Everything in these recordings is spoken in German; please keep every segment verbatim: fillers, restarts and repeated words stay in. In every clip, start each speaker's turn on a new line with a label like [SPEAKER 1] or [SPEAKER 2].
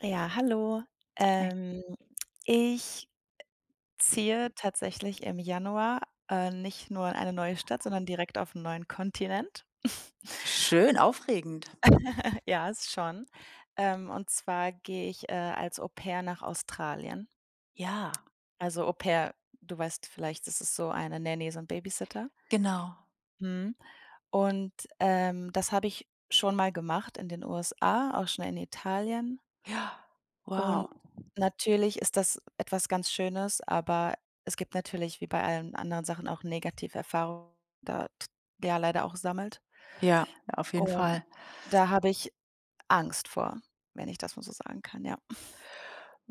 [SPEAKER 1] Ja, hallo.
[SPEAKER 2] Ei.
[SPEAKER 1] Ähm, ich ziehe tatsächlich im Januar, äh, nicht nur in eine neue Stadt, sondern direkt auf einen neuen Kontinent.
[SPEAKER 2] Schön, aufregend.
[SPEAKER 1] Ja, ist schon. Ähm, und zwar gehe ich, äh, als Au-Pair nach Australien.
[SPEAKER 2] Ja,
[SPEAKER 1] Also, Au-Pair, du weißt vielleicht, das ist so eine Nanny, so ein Babysitter.
[SPEAKER 2] genau.
[SPEAKER 1] Mhm. Und, ähm, das habe ich schon mal gemacht in den U S A, auch schon in Italien.
[SPEAKER 2] Ja, wow.
[SPEAKER 1] Und natürlich ist das etwas ganz Schönes, aber es gibt natürlich wie bei allen anderen Sachen auch Negativerfahrungen, da t ja leider auch sammelt.
[SPEAKER 2] Ja, auf jeden
[SPEAKER 1] Und
[SPEAKER 2] Fall.
[SPEAKER 1] da habe ich Angst vor, wenn ich das mal so sagen kann, ja.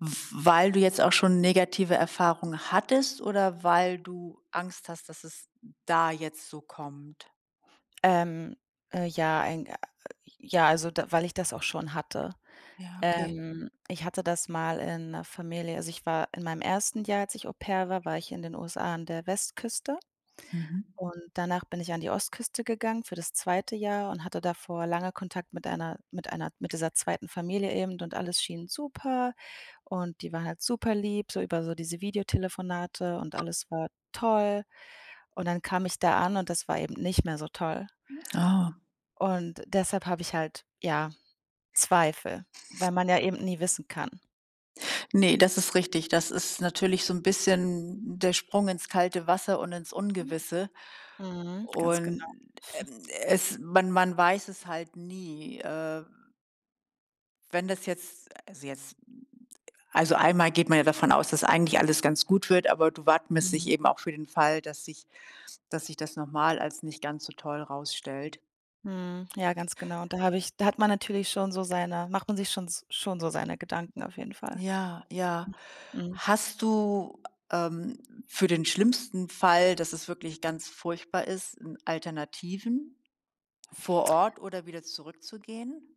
[SPEAKER 2] W weil du jetzt auch schon negative Erfahrungen hattest oder weil du Angst hast, dass es da jetzt so kommt?
[SPEAKER 1] Ähm, äh, ja, ein äh, ja, also da weil ich das auch schon hatte.
[SPEAKER 2] Ja, okay.
[SPEAKER 1] Ähm, ich hatte das mal in 'ner Familie. Also, ich war in meinem ersten Jahr, als ich Au pair war, war ich in den U S A an der Westküste.
[SPEAKER 2] Mhm.
[SPEAKER 1] Und danach bin ich an die Ostküste gegangen für das zweite Jahr und hatte davor lange Kontakt mit einer mit einer mit dieser zweiten Familie eben, und alles schien super, und die waren halt super lieb so über so diese Videotelefonate, und alles war toll. Und dann kam ich da an und das war eben nicht mehr so toll.
[SPEAKER 2] Oh.
[SPEAKER 1] Und deshalb habe ich halt, ja, Zweifel, weil man ja eben nie wissen kann.
[SPEAKER 2] Ne, das ist richtig. Das ist natürlich so ein bisschen der Sprung ins kalte Wasser und ins Ungewisse.
[SPEAKER 1] Mhm, ganz
[SPEAKER 2] Und,
[SPEAKER 1] genau.
[SPEAKER 2] ähm, es man man weiß es halt nie. Äh, wenn das jetzt also jetzt. Also einmal geht man ja davon aus, dass eigentlich alles ganz gut wird, aber du wappnest dich
[SPEAKER 1] Mhm.
[SPEAKER 2] eben auch für den Fall, dass sich dass sich das nochmal als nicht ganz so toll rausstellt.
[SPEAKER 1] Mhm. Ja, ganz genau. Und da habe ich da hat man natürlich schon so seine macht man sich schon s schon so seine Gedanken auf jeden Fall.
[SPEAKER 2] Ja, ja.
[SPEAKER 1] Mhm.
[SPEAKER 2] Hast du, ähm, für den schlimmsten Fall, dass es wirklich ganz furchtbar ist, 'n Alternativen, vor Ort oder wieder zurückzugehen?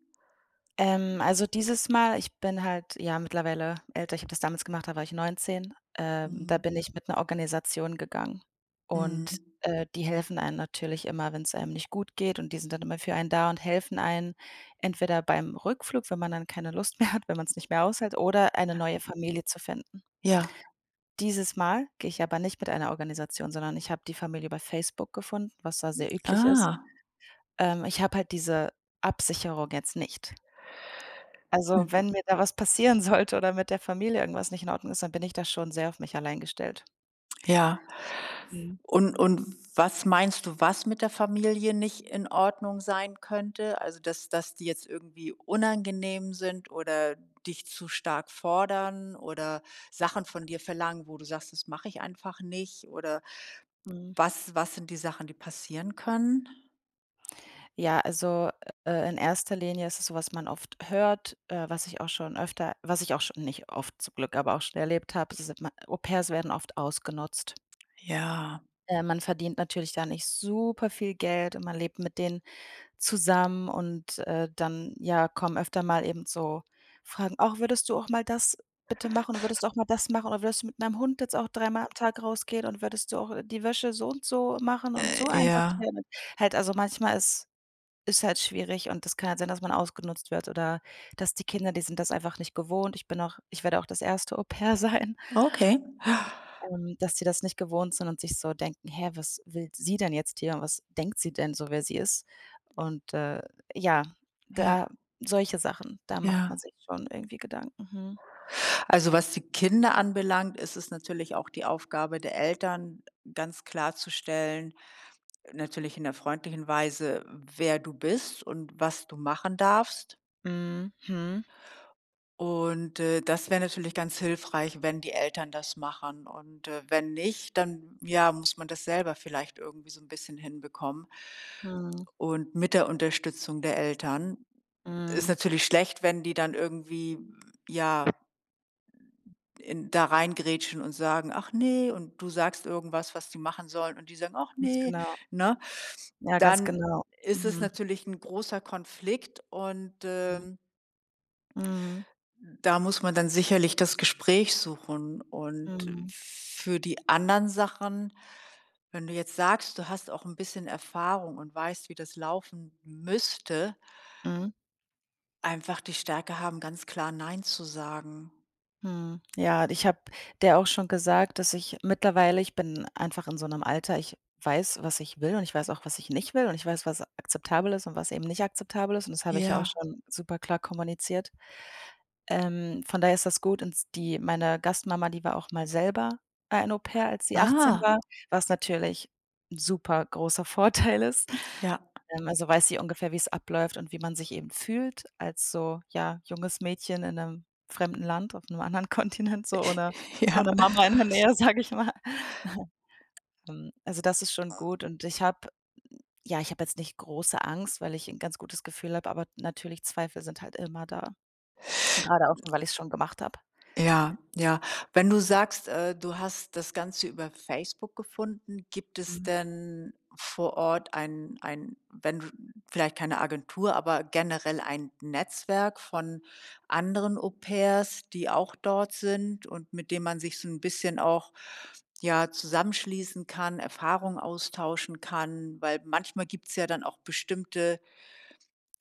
[SPEAKER 1] Ähm, also, dieses Mal, ich bin halt, ja, mittlerweile älter. Ich habe das damals gemacht, da war ich neunzehn. Ähm, da
[SPEAKER 2] Mhm.
[SPEAKER 1] bin ich mit 'ner Organisation gegangen und,
[SPEAKER 2] Mhm.
[SPEAKER 1] äh, die helfen einem natürlich immer, wenn's einem nicht gut geht, und die sind dann immer für einen da und helfen einen entweder beim Rückflug, wenn man dann keine Lust mehr hat, wenn man's nicht mehr aushält, oder eine neue Familie zu finden.
[SPEAKER 2] Ja.
[SPEAKER 1] Dieses Mal gehe ich aber nicht mit einer Organisation, sondern ich habe die Familie über Facebook gefunden, was da sehr üblich ist.
[SPEAKER 2] Ah.
[SPEAKER 1] Ähm, ich habe halt diese Absicherung jetzt nicht.
[SPEAKER 2] Hm.
[SPEAKER 1] Also, wenn mir da was passieren sollte oder mit der Familie irgendwas nicht in Ordnung ist, dann bin ich da schon sehr auf mich allein gestellt.
[SPEAKER 2] Ja.
[SPEAKER 1] Mhm,
[SPEAKER 2] Und und was meinst du, was mit der Familie nicht in Ordnung sein könnte? Also, dass dass die jetzt irgendwie unangenehm sind oder dich zu stark fordern oder Sachen von dir verlangen, wo du sagst: „Das mache ich einfach nicht“, oder
[SPEAKER 1] mhm.
[SPEAKER 2] was was sind die Sachen, die passieren können?
[SPEAKER 1] Ja, also, äh, in erster Linie ist es so, was man oft hört, äh, was ich auch schon öfter, was ich auch schon nicht oft zum Glück, aber auch schon erlebt habe, es ist ma Au-pairs werden oft ausgenutzt.
[SPEAKER 2] Ja,
[SPEAKER 1] Äh, man verdient natürlich da nicht super viel Geld und man lebt mit den zusammen, und, äh, dann, ja, kommen öfter mal eben so Fragen: „Auch würdest du auch mal das bitte machen, und würdest du auch mal das machen, oder würdest du mit deinem Hund jetzt auch dreimal am Tag rausgehen, und würdest du auch, äh, die Wäsche so und so machen und so
[SPEAKER 2] äh, ja,
[SPEAKER 1] einsortieren?" Und halt, also, manchmal ist ist halt schwierig, und das kann halt sein, dass man ausgenutzt wird, oder dass die Kinder, die sind das einfach nicht gewohnt. Ich bin auch ich werde auch das erste Au-pair sein,
[SPEAKER 2] okay.
[SPEAKER 1] ähm, dass die das nicht gewohnt sind und sich so denken: „Hä, was will sie denn jetzt hier, und was denkt sie denn so, wer sie ist?" Und, äh, ja, da
[SPEAKER 2] Ja,
[SPEAKER 1] solche Sachen, da macht man
[SPEAKER 2] ja.
[SPEAKER 1] sich schon irgendwie Gedanken. Mhm.
[SPEAKER 2] Also, was die Kinder anbelangt, ist es natürlich auch die Aufgabe der Eltern, ganz klarzustellen, natürlich in der freundlichen Weise, wer du bist und was du machen darfst.
[SPEAKER 1] Mhm. Mhm.
[SPEAKER 2] Und, äh, das wäre natürlich ganz hilfreich, wenn die Eltern das machen. Und, äh, wenn nicht, dann, ja, muss man das selber vielleicht irgendwie so ein bisschen hinbekommen.
[SPEAKER 1] Mhm.
[SPEAKER 2] Und mit der Unterstützung der Eltern ist
[SPEAKER 1] Mhm.
[SPEAKER 2] natürlich schlecht, wenn die dann irgendwie, ja, in da reingrätschen und sagen: „Ach nee“, und du sagst irgendwas, was die machen sollen und die sagen: „Ach
[SPEAKER 1] Ganz
[SPEAKER 2] nee“,
[SPEAKER 1] genau.
[SPEAKER 2] ne?
[SPEAKER 1] Ja, ganz
[SPEAKER 2] Dann
[SPEAKER 1] genau.
[SPEAKER 2] ist es
[SPEAKER 1] Mhm.
[SPEAKER 2] natürlich ein großer Konflikt und,
[SPEAKER 1] Mhm.
[SPEAKER 2] ähm,
[SPEAKER 1] Mhm.
[SPEAKER 2] da muss man dann sicherlich das Gespräch suchen. Und
[SPEAKER 1] Mhm.
[SPEAKER 2] für die anderen Sachen, wenn du jetzt sagst, du hast auch ein bisschen Erfahrung und weißt, wie das laufen müsste,
[SPEAKER 1] Mhm.
[SPEAKER 2] einfach die Stärke haben, ganz klar nein zu sagen.
[SPEAKER 1] Mhm. Ja, ich habe dir auch schon gesagt, dass ich mittlerweile ich bin einfach in so einem Alter, ich weiß, was ich will, und ich weiß auch, was ich nicht will, und ich weiß, was akzeptabel ist und was eben nicht akzeptabel ist, und das habe ich ja auch
[SPEAKER 2] Ja.
[SPEAKER 1] schon super klar kommuniziert. Ähm, von daher ist das gut. Und s die meine Gastmama, die war auch mal selber ein Au-pair, als sie achtzehn
[SPEAKER 2] Ah,
[SPEAKER 1] war, was natürlich 'n super großer Vorteil ist.
[SPEAKER 2] ja,
[SPEAKER 1] Ähm, also, weiß sie ungefähr, wie es abläuft und wie man sich eben fühlt als so, ja, junges Mädchen in einem fremden Land, auf einem anderen Kontinent, so ohne
[SPEAKER 2] ja.
[SPEAKER 1] ohne Mama in der Nähe, sage ich mal. Ähm, also, das ist schon gut, und ich habe ja, ich habe jetzt nicht große Angst, weil ich ein ganz gutes Gefühl habe, aber natürlich Zweifel sind halt immer da, gerade auch schon, weil ich es schon gemacht habe.
[SPEAKER 2] Ja, ja. Wenn du sagst, äh, du hast das Ganze über Facebook gefunden, gibt es
[SPEAKER 1] Mhm.
[SPEAKER 2] denn vor Ort ein ein wenn du vielleicht keine Agentur, aber generell ein Netzwerk von anderen Au-pairs, die auch dort sind und mit dem man sich so ein bisschen auch, ja, zusammenschließen kann, Erfahrungen austauschen kann? Weil manchmal gibt es ja dann auch bestimmte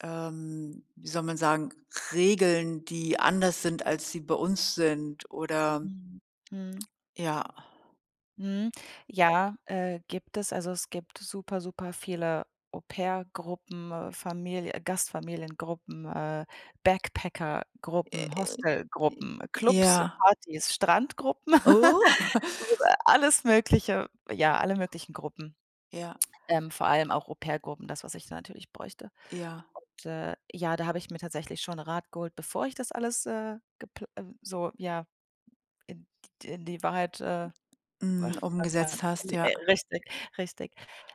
[SPEAKER 2] ähm, wie soll man sagen, Regeln, die anders sind, als sie bei uns sind oder
[SPEAKER 1] Mhm. Mhm.
[SPEAKER 2] ja.
[SPEAKER 1] Mhm. Ja, äh, gibt es. Also, es gibt super, super viele Au-pair-Gruppen, äh, Familie äh, Gastfamiliengruppen, äh, Backpacker-Gruppen,
[SPEAKER 2] Äh,
[SPEAKER 1] Hostelgruppen, Clubs,
[SPEAKER 2] ja.
[SPEAKER 1] Partys, Strandgruppen,
[SPEAKER 2] Oh.
[SPEAKER 1] so, äh, alles Mögliche. Ja, alle möglichen Gruppen,
[SPEAKER 2] Ja,
[SPEAKER 1] ähm, vor allem auch Au-pair-Gruppen, das, was ich da natürlich bräuchte.
[SPEAKER 2] ja,
[SPEAKER 1] Und, äh, ja, da habe ich mir tatsächlich schon Rat geholt, bevor ich das alles, äh, gepl äh, so, ja, in in die Wahrheit, äh Äh,
[SPEAKER 2] mhm,
[SPEAKER 1] wie sagt man?
[SPEAKER 2] umgesetzt hast,
[SPEAKER 1] Äh,
[SPEAKER 2] ja.
[SPEAKER 1] äh, richtig, richtig.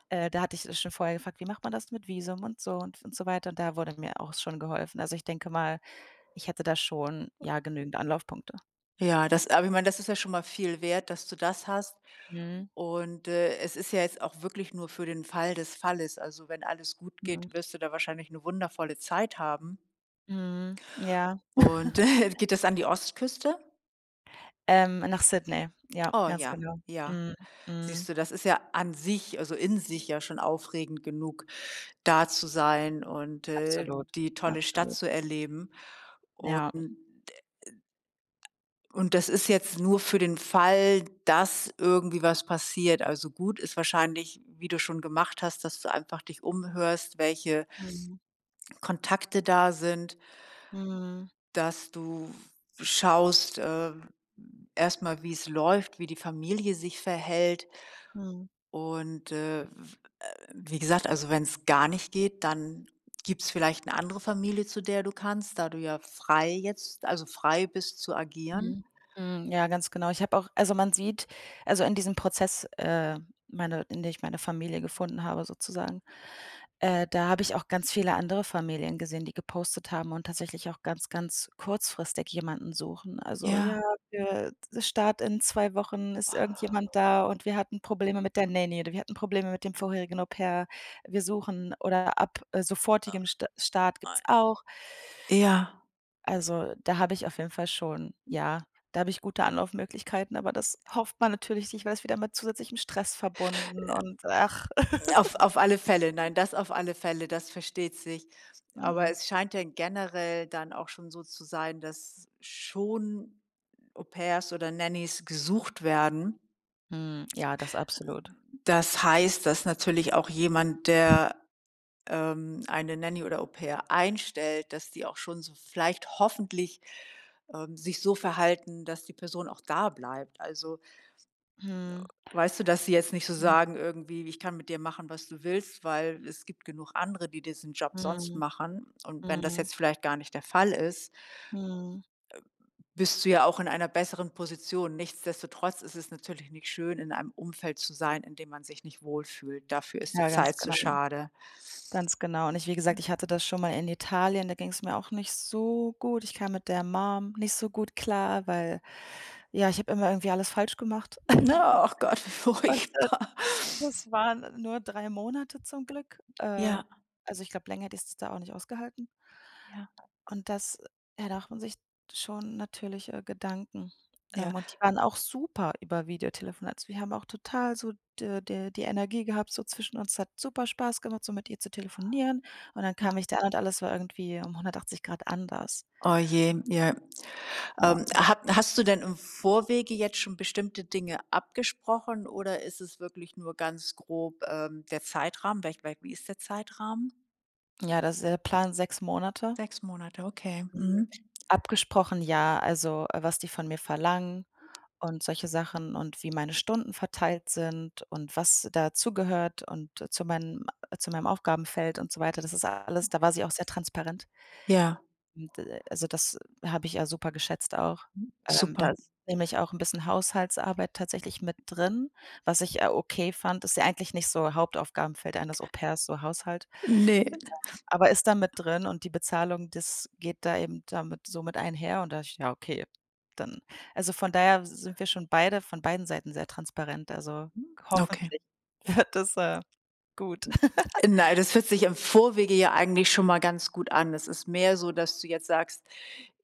[SPEAKER 1] Äh, da hatte ich das schon vorher gefragt: „Wie macht man das mit Visum und so und und so weiter?" Und da wurde mir auch schon geholfen. Also, ich denke mal, ich hätte da schon, ja, genügend Anlaufpunkte.
[SPEAKER 2] Ja, das, aber ich meine, das ist ja schon mal viel wert, dass du das hast
[SPEAKER 1] Mhm,
[SPEAKER 2] und, äh, es ist ja jetzt auch wirklich nur für den Fall des Falles. Also, wenn alles gut
[SPEAKER 1] mhm,
[SPEAKER 2] geht, wirst du da wahrscheinlich eine wundervolle Zeit haben
[SPEAKER 1] mhm, ja.
[SPEAKER 2] und geht das an die Ostküste?
[SPEAKER 1] Ähm, nach Sydney. Ja,
[SPEAKER 2] Oh
[SPEAKER 1] ganz
[SPEAKER 2] ja,
[SPEAKER 1] genau.
[SPEAKER 2] ja.
[SPEAKER 1] Mhm,
[SPEAKER 2] Siehst
[SPEAKER 1] mhm.
[SPEAKER 2] du, das ist ja an sich, also in sich ja schon aufregend genug, da zu sein und, äh,
[SPEAKER 1] Absolut,
[SPEAKER 2] die tolle Stadt
[SPEAKER 1] absolut.
[SPEAKER 2] zu erleben. Und
[SPEAKER 1] Ja.
[SPEAKER 2] und das ist jetzt nur für den Fall, dass irgendwie was passiert. Also gut ist wahrscheinlich, wie du schon gemacht hast, dass du einfach dich umhörst, welche
[SPEAKER 1] Mhm,
[SPEAKER 2] Kontakte da sind,
[SPEAKER 1] mhm,
[SPEAKER 2] dass du schaust, äh, erst mal, es läuft, wie die Familie sich verhält.
[SPEAKER 1] mhm.
[SPEAKER 2] Und, äh, äh, wie gesagt, also wenn es gar nicht geht, dann gibt es vielleicht eine andere Familie, zu der du kannst, da du ja frei jetzt, also frei bist zu agieren.
[SPEAKER 1] Mhm. Mhm, ja, ganz genau. Ich habe auch Also, man sieht also, in diesem Prozess, äh, meine in dem ich meine Familie gefunden habe sozusagen, äh, da habe ich auch ganz viele andere Familien gesehen, die gepostet haben und tatsächlich auch ganz, ganz kurzfristig jemanden suchen. Also: „Ja,
[SPEAKER 2] Ja,
[SPEAKER 1] für d Start in zwei Wochen ist irgendjemand da, und wir hatten Probleme mit der Nanny, oder wir hatten Probleme mit dem vorherigen Au-pair. Wir suchen" oder „ab, äh, sofortigem Sta Start
[SPEAKER 2] äh,
[SPEAKER 1] gibt's auch."
[SPEAKER 2] äh, ja,
[SPEAKER 1] Also, da habe ich auf jeden Fall schon, ja, da habe ich gute Anlaufmöglichkeiten, aber das hofft man natürlich nicht, weil es wieder mit zusätzlichem Stress verbunden, und ach.
[SPEAKER 2] auf auf alle Fälle. Nein, das auf alle Fälle, das versteht sich. Aber
[SPEAKER 1] Mhm.
[SPEAKER 2] es scheint ja generell dann auch schon so zu sein, dass schon Au-pairs oder Nannies gesucht werden.
[SPEAKER 1] Mhm. Ja, das absolut.
[SPEAKER 2] Das heißt, dass natürlich auch jemand, der ähm, eine Nanny oder Au-pair einstellt, dass die auch schon so vielleicht hoffentlich, ähm, sich so verhalten, dass die Person auch da bleibt. Also,
[SPEAKER 1] Mhm.
[SPEAKER 2] weißt du, dass sie jetzt nicht so
[SPEAKER 1] Mhm.
[SPEAKER 2] sagen irgendwie: „Ich kann mit dir machen, was du willst, weil es gibt genug andere, die diesen Job sonst
[SPEAKER 1] Mhm.
[SPEAKER 2] machen.“ Und wenn das
[SPEAKER 1] Mhm.
[SPEAKER 2] jetzt vielleicht gar nicht der Fall ist,
[SPEAKER 1] Mhm.
[SPEAKER 2] bist du ja auch in einer besseren Position. Nichtsdestotrotz ist es natürlich nicht schön, in einem Umfeld zu sein, in dem man sich nicht wohlfühlt. Dafür ist die
[SPEAKER 1] Ja, ganz
[SPEAKER 2] Zeit zu
[SPEAKER 1] genau.
[SPEAKER 2] schade.
[SPEAKER 1] Ganz genau. Und ich wie gesagt, ich hatte das schon mal in Italien, da ging es mir auch nicht so gut. Ich kam mit der Mom nicht so gut klar, weil, ja, ich habe immer irgendwie alles falsch gemacht.
[SPEAKER 2] Na, ach Gott, wie
[SPEAKER 1] Und
[SPEAKER 2] furchtbar.
[SPEAKER 1] das waren nur drei Monate zum Glück. Äh,
[SPEAKER 2] Ja.
[SPEAKER 1] also, ich glaube, länger hätte ich das da auch nicht ausgehalten.
[SPEAKER 2] Ja,
[SPEAKER 1] Und das Ja, da macht man sich schon natürlich, äh, Gedanken.
[SPEAKER 2] ja.
[SPEAKER 1] Ähm, und die waren auch super über Videotelefonat. Also, wir haben auch total so d d die Energie gehabt so zwischen uns. Hat super Spaß gemacht, so mit ihr zu telefonieren. Und dann kam ich da an und alles war irgendwie um hundertachtzig Grad anders.
[SPEAKER 2] Oh je, ja.
[SPEAKER 1] Ja.
[SPEAKER 2] Ähm, ha hast du denn im Vorwege jetzt schon bestimmte Dinge abgesprochen oder ist es wirklich nur ganz grob, ähm, der Zeitrahmen? Welch wel wie ist der Zeitrahmen?
[SPEAKER 1] Ja, das ist der Plan, sechs Monate.
[SPEAKER 2] Sechs Monate, okay.
[SPEAKER 1] Mhm.
[SPEAKER 2] Mhm.
[SPEAKER 1] Abgesprochen, ja, also, äh, was die von mir verlangen und solche Sachen und wie meine Stunden verteilt sind und was dazugehört und äh, zu meinem äh, zu meinem Aufgabenfeld und so weiter. Das ist alles, da war sie auch sehr transparent.
[SPEAKER 2] Ja,
[SPEAKER 1] Und, äh, also, das habe ich ja super geschätzt auch. Ähm, da
[SPEAKER 2] super.
[SPEAKER 1] ist nämlich auch ein bisschen Haushaltsarbeit tatsächlich mit drin, was ich, äh, okay fand. Ist ja eigentlich nicht so Hauptaufgabenfeld eines Au-pairs, so Haushalt.
[SPEAKER 2] Ne,
[SPEAKER 1] Aber ist da mit drin, und die Bezahlung, das geht da eben damit so mit einher, und da ich: „Ja, okay, dann" also, von daher sind wir schon beide von beiden Seiten sehr transparent. Also,
[SPEAKER 2] okay.
[SPEAKER 1] hoffentlich wird das, äh, gut.
[SPEAKER 2] Nein, das hört sich im Vorwege ja eigentlich schon mal ganz gut an. Es ist mehr so, dass du jetzt sagst: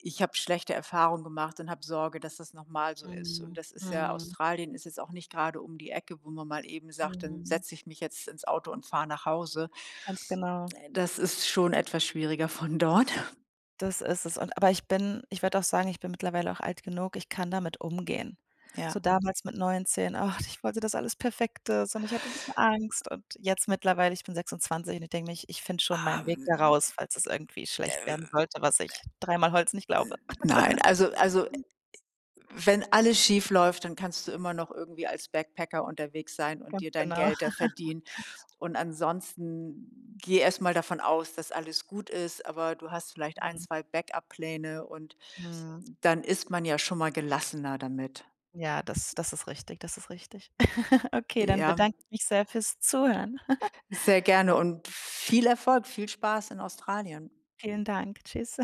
[SPEAKER 2] Ich habe schlechte Erfahrungen gemacht und habe Sorge, dass das noch mal so ist. Und
[SPEAKER 1] Mhm,
[SPEAKER 2] das ist ja,
[SPEAKER 1] mhm,
[SPEAKER 2] Australien ist jetzt auch nicht gerade um die Ecke, wo man mal eben sagt: „Dann
[SPEAKER 1] mhm.
[SPEAKER 2] setze ich mich jetzt ins Auto und fahre nach Hause.“
[SPEAKER 1] Ganz genau.
[SPEAKER 2] Äh, das ist schon etwas schwieriger von dort.
[SPEAKER 1] Das ist es. Und aber ich bin ich würde auch sagen, ich bin mittlerweile auch alt genug, ich kann damit umgehen. So
[SPEAKER 2] Ja,
[SPEAKER 1] damals mit neunzehn, ach, ich wollte das alles Perfektes, und ich hatte 'n bisschen Angst, und jetzt mittlerweile ich bin sechsundzwanzig, und ich denke mir: „Ich ich finde schon meinen Weg da
[SPEAKER 2] ähm,
[SPEAKER 1] raus, falls es irgendwie schlecht werden sollte, was ich dreimal Holz nicht glaube."
[SPEAKER 2] nein, also also wenn alles schief läuft, dann kannst du immer noch irgendwie als Backpacker unterwegs sein und
[SPEAKER 1] Ganz
[SPEAKER 2] dir dein
[SPEAKER 1] genau.
[SPEAKER 2] Geld da verdienen. Und ansonsten geh erstmal davon aus, dass alles gut ist, aber du hast vielleicht ein,
[SPEAKER 1] Mhm.
[SPEAKER 2] zwei Backup-Pläne und
[SPEAKER 1] Mhm.
[SPEAKER 2] dann ist man ja schon mal gelassener damit.
[SPEAKER 1] Ja, das das ist richtig, das ist richtig. Okay, dann
[SPEAKER 2] Ja,
[SPEAKER 1] bedanke ich mich sehr fürs Zuhören.
[SPEAKER 2] sehr gerne und viel Erfolg, viel Spaß in Australien.
[SPEAKER 1] Vielen Dank. Tschüss.